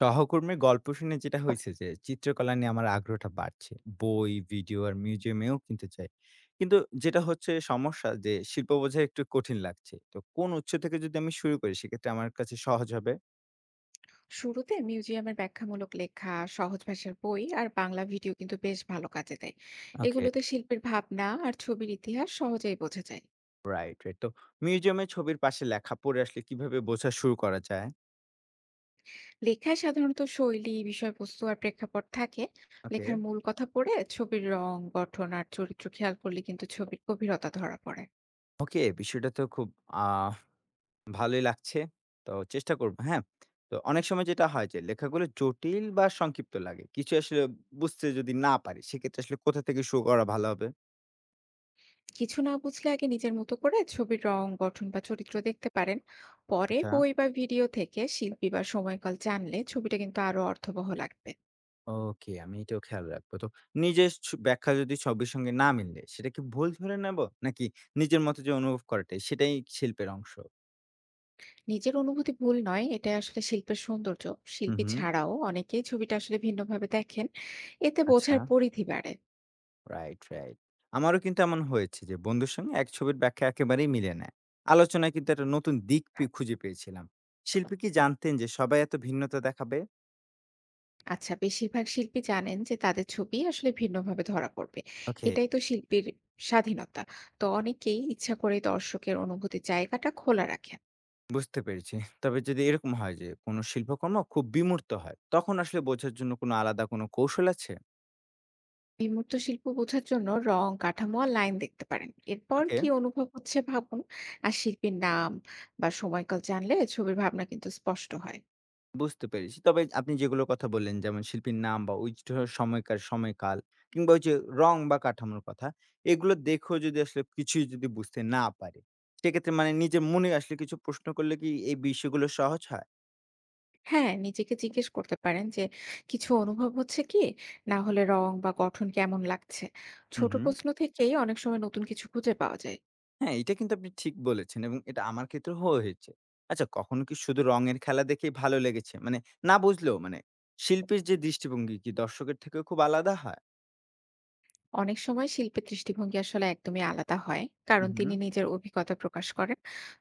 সহকর্মীর গল্প শুনে যেটা হয়েছে যে চিত্রকলা নিয়ে আমার আগ্রহটা বাড়ছে। বই ভিডিও আর মিউজিয়ামেও কিনতে চাই, কিন্তু যেটা হচ্ছে সমস্যা যে শিল্প বোঝা একটু কঠিন লাগছে। তো কোন উৎস থেকে যদি আমি শুরু করি সেক্ষেত্রে আমার কাছে সহজ হবে। শুরুতে মিউজিয়ামের ব্যাখ্যামূলক লেখা, সহজ ভাষার বই আর বাংলা ভিডিও কিন্তু বেশ ভালো কাজে দেয়। ওকে। এগুলোতে শিল্পের ভাবনা আর ছবির ইতিহাস সহজেই বোঝা যায়। Right, right. তো মিউজিয়ামে ছবির পাশে লেখা পড়ে আসলে কিভাবে বোঝা শুরু করা যায়? লেখায় সাধারণত শৈলী, বিষয়বস্তু আর প্রেক্ষাপট থাকে। ওকে। লেখার মূল কথা পড়ে ছবির রং, গঠন আর চরিত্র খেয়াল করলে কিন্তু ছবির গভীরতা ধরা পড়ে। ওকে, বিষয়টা তো খুব ভালোই লাগছে। তো চেষ্টা করব, হ্যাঁ? তো অনেক সময় যেটা হয় যে লেখাগুলো জটিল বা সংক্ষিপ্ত লাগে। কিছু আসলে বুঝতে যদি না পারি, সেক্ষেত্রে আসলে কোথা থেকে শুরু করা ভালো হবে? কিছু না বুঝলে আগে নিজের মতো করে ছবির রং, গঠন বা চরিত্র দেখতে পারেন। পরে আচ্ছা, বই বা ভিডিও থেকে শিল্পী বা সময়কাল জানলে ছবিটা কিন্তু আরো অর্থবহ লাগবে। ওকে, আমি এটাও খেয়াল রাখবো। তো নিজের ব্যাখ্যা যদি ছবির সঙ্গে না মিললে, সেটা কি ভুল ধরে নেব? নাকি নিজের মতো যে অনুভব করাটাই, সেটাই শিল্পের অংশ? নিজের অনুভূতি ভুল নয়, এটা আসলে শিল্পের সৌন্দর্য। হু, শিল্পী হু, ছাড়াও অনেকেই ছবিটা আসলে ভিন্নভাবে দেখেন। এতে আচ্ছা। বোঝার পরিধি বাড়ে। Right, right. আমারও কিন্তু এমন হয়েছে যে বন্ধুর সঙ্গে এক ছবির ব্যাখ্যা একেবারেই মিলে না। আলোচনায় কিন্তু একটা নতুন দিক খুঁজে পেয়েছিলাম। শিল্পী কি জানতেন যে সবাই এত ভিন্নতা দেখাবে? আচ্ছা, বেশিরভাগ শিল্পী জানেন যে তাদের ছবি আসলে ভিন্নভাবে ধরা পড়বে। ওকে, এটাই তো শিল্পীর স্বাধীনতা। তো অনেকেই ইচ্ছা করে দর্শকের অনুভূতির জায়গাটা খোলা রাখেন। বুঝতে পেরেছি। তবে যদি এরকম হয় যে কোনো শিল্পকর্ম খুব বিমূর্ত হয়, তখন আসলে বোঝার জন্য কোনো আলাদা কোনো কৌশল আছে? বিমূর্ত শিল্প বোঝার জন্য রং, কাঠামো আর লাইন দেখতে পারেন। এরপর ওকে। কি অনুভব হচ্ছে ভাবুন। আর শিল্পীর নাম বা সময়কাল জানলে ছবির ভাবনা কিন্তু স্পষ্ট হয়। বুঝতে পেরেছি। তবে আপনি যেগুলোর কথা বললেন যেমন শিল্পীর নাম বা ওই জ সময়কার সময়কাল, কিংবা ওই যে রং বা কাঠামোর কথা, এগুলো দেখেও যদি আসলে কিছুই যদি বুঝতে না পারে, সেক্ষেত্রে মানে নিজের মনে আসলে কিছু প্রশ্ন করলে কি এই বিষয়গুলো সহজ হয়? হ্যাঁ, নিজেকে জিজ্ঞেস করতে পারেন যে কিছু অনুভব হচ্ছে কি? না হলে রং বা গঠন কেমন লাগছে? হু, ছোট হু। প্রশ্ন থেকেই অনেক সময় নতুন কিছু খুঁজে পাওয়া যায়। হ্যাঁ, এটা কিন্তু আপনি ঠিক বলেছেন, এবং এটা আমার ক্ষেত্রেও হয়েছে। আচ্ছা, কখনো কি শুধু রঙের খেলা দেখেই ভালো লেগেছে? মানে না বুঝলেও মানে শিল্পীর যে দৃষ্টিভঙ্গি কি দর্শকের থেকেও খুব আলাদা হয়? অনেক সময় শিল্পীর দৃষ্টিভঙ্গি আসলে একদমই আলাদা হয়। হু, কারণ হু। তিনি নিজের অভিজ্ঞতা প্রকাশ করেন।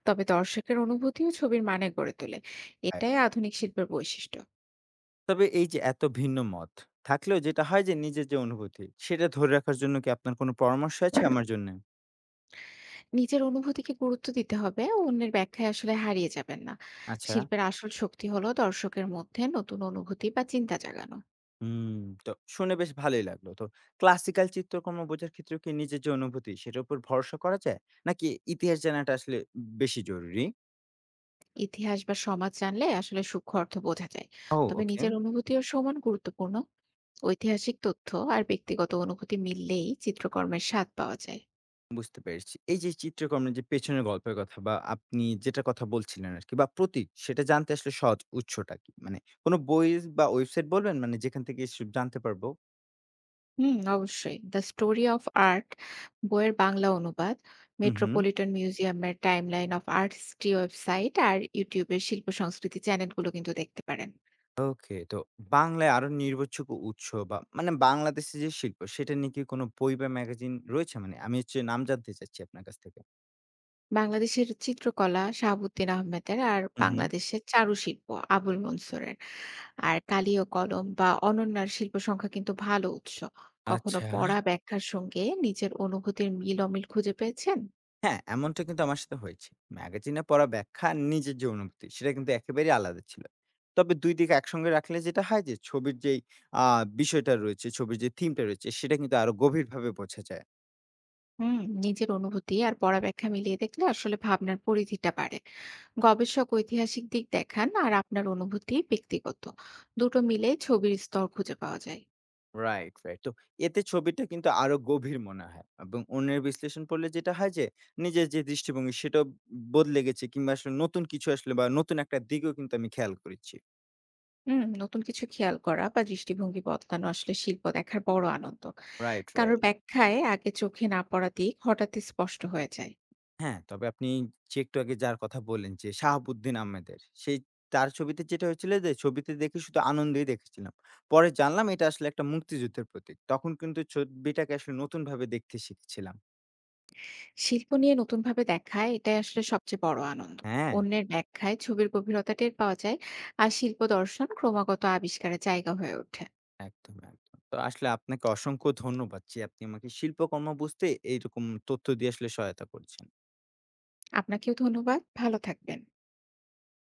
তবে দর্শকের অনুভূতিও ছবির মানে গড়ে তোলে। এটাই আধুনিক শিল্পের বৈশিষ্ট্য। তবে এই যে এত ভিন্ন মত থাকলেও যেটা হয় যে নিজের যে অনুভূতি সেটা ধরে রাখার জন্য কি আপনার কোনো পরামর্শ আছে আমার জন্য? নিজের অনুভূতিকে গুরুত্ব দিতে হবে। অন্যের ব্যাখ্যায় আসলে হারিয়ে যাবেন না। আচ্ছা, শিল্পের আসল শক্তি হলো দর্শকের মধ্যে নতুন অনুভূতি বা চিন্তা জাগানো। হুম, তো শুনে বেশ ভালোই লাগলো। তো ক্লাসিক্যাল চিত্রকর্ম বোঝার ক্ষেত্রেও কি নিজের যে অনুভূতি সেটার উপর ভরসা করা যায়? নাকি ইতিহাস জানাটা আসলে বেশি জরুরি? ইতিহাস বা সমাজ জানলে আসলে সূক্ষ্ম অর্থ বোঝা যায়। তবে ওকে, নিজের অনুভূতিও সমান গুরুত্বপূর্ণ। ঐতিহাসিক তথ্য আর ব্যক্তিগত অনুভূতি মিললেই চিত্রকর্মের স্বাদ পাওয়া যায়। বুঝতে পেরেছি। এই যে চিত্রকর্মের যে পেছনের গল্পের কথা বা আপনি যেটা কথা বলছিলেন আরকি, বা প্রতীক সেটা জানতে আসলে সহজ উৎসটা কি? মানে কোনো বই বা ওয়েবসাইট বলবেন মানে যেখান থেকে এসব জানতে পারবো? হুম, অবশ্যই দ্য স্টোরি অফ আর্ট বইয়ের বাংলা অনুবাদ, হু, হু। মেট্রোপলিটন মিউজিয়ামের টাইমলাইন অফ আর্টিস্ট্রি ওয়েবসাইট আর ইউটিউবের শিল্প সংস্কৃতি চ্যানেলগুলো কিন্তু দেখতে পারেন। ওকে, তো বাংলায় আরো নির্ভরযোগ্য উৎস বা মানে বাংলাদেশে যে শিল্প সেটা নিয়ে কি কোনো বই বা ম্যাগাজিন রয়েছে? মানে আমি হচ্ছে নাম জানতে চাচ্ছি আপনার কাছ থেকে। বাংলাদেশের চিত্রকলা শাহাবুদ্দিন আহমেদের আর হুম, হুম। বাংলাদেশের চারুশিল্প আবুল মনসুরের, আর কালি ও কলম বা অনন্যার শিল্প সংখ্যা কিন্তু ভালো উৎস। কখনো আচ্ছা। পড়া ব্যাখ্যার সঙ্গে নিজের অনুভূতির মিল অমিল খুঁজে পেয়েছেন? হ্যাঁ, এমনটা কিন্তু আমার সাথে হয়েছে। ম্যাগাজিনে পড়া ব্যাখ্যা আর নিজের যে অনুভূতি সেটা কিন্তু একেবারেই আলাদা ছিল। তবে ২ দিক একসঙ্গে রাখলে যেটা হয় যে ছবির যেই আ বিষয়টা রয়েছে, ছবির যে থিমটা রয়েছে সেটা কিন্তু আরো গভীরভাবে বোঝা যায়। হুম, নিজের অনুভূতি আর পড়া ব্যাখ্যা মিলিয়ে দেখলে আসলে ভাবনার পরিধিটা বাড়ে। গবেষক ঐতিহাসিক দিক দেখান আর আপনার অনুভূতি ব্যক্তিগত। দুটো মিলে ছবির স্তর খুঁজে পাওয়া যায়। Right, right. তো এতে ছবিটা কিন্তু আরো গভীর মনে হয়, এবং অন্যের বিশ্লেষণ পড়লে যেটা হয় যে নিজের যে দৃষ্টিভঙ্গি সেটাও বদলে গেছে, কিংবা আসলে নতুন কিছু আসলে বা নতুন একটা দিকও কিন্তু আমি খেয়াল করেছি। হুম, নতুন কিছু খেয়াল করা বা দৃষ্টিভঙ্গি বদলানো আসলে শিল্প দেখার বড় আনন্দ। রাইট, কারোর রাইট। ব্যাখ্যায় আগে চোখে না পড়া দিক হঠাৎই স্পষ্ট হয়ে যায়। হ্যাঁ, তবে আপনি যে একটু আগে যার কথা বললেন যে শাহাবুদ্দিন আহমেদের, সেই তার ছবিতে যেটা হয়েছিল যে, ছবিতে দেখে শুধু আনন্দেই দেখেছিলাম। পরে জানলাম এটা আসলে একটা মুক্তিযুদ্ধের প্রতীক। তখন কিন্তু ছবিটাকে আসলে নতুনভাবে দেখতে শিখেছিলাম। শিল্প নিয়ে নতুনভাবে দেখা এটাই আসলে সবচেয়ে বড় আনন্দ। হ্যাঁ। অন্যের ব্যাখ্যায় ছবির গভীরতা টের পাওয়া যায়, আর শিল্প দর্শন ক্রমাগত আবিষ্কারের জায়গা হয়ে ওঠে। একদম, একদম। তো আসলে আপনাকে অসংখ্য ধন্যবাদ যে আপনি আমাকে শিল্পকর্ম বুঝতে এইরকম তথ্য দিয়ে আসলে সহায়তা করছেন। আপনাকেও ধন্যবাদ। ভালো থাকবেন।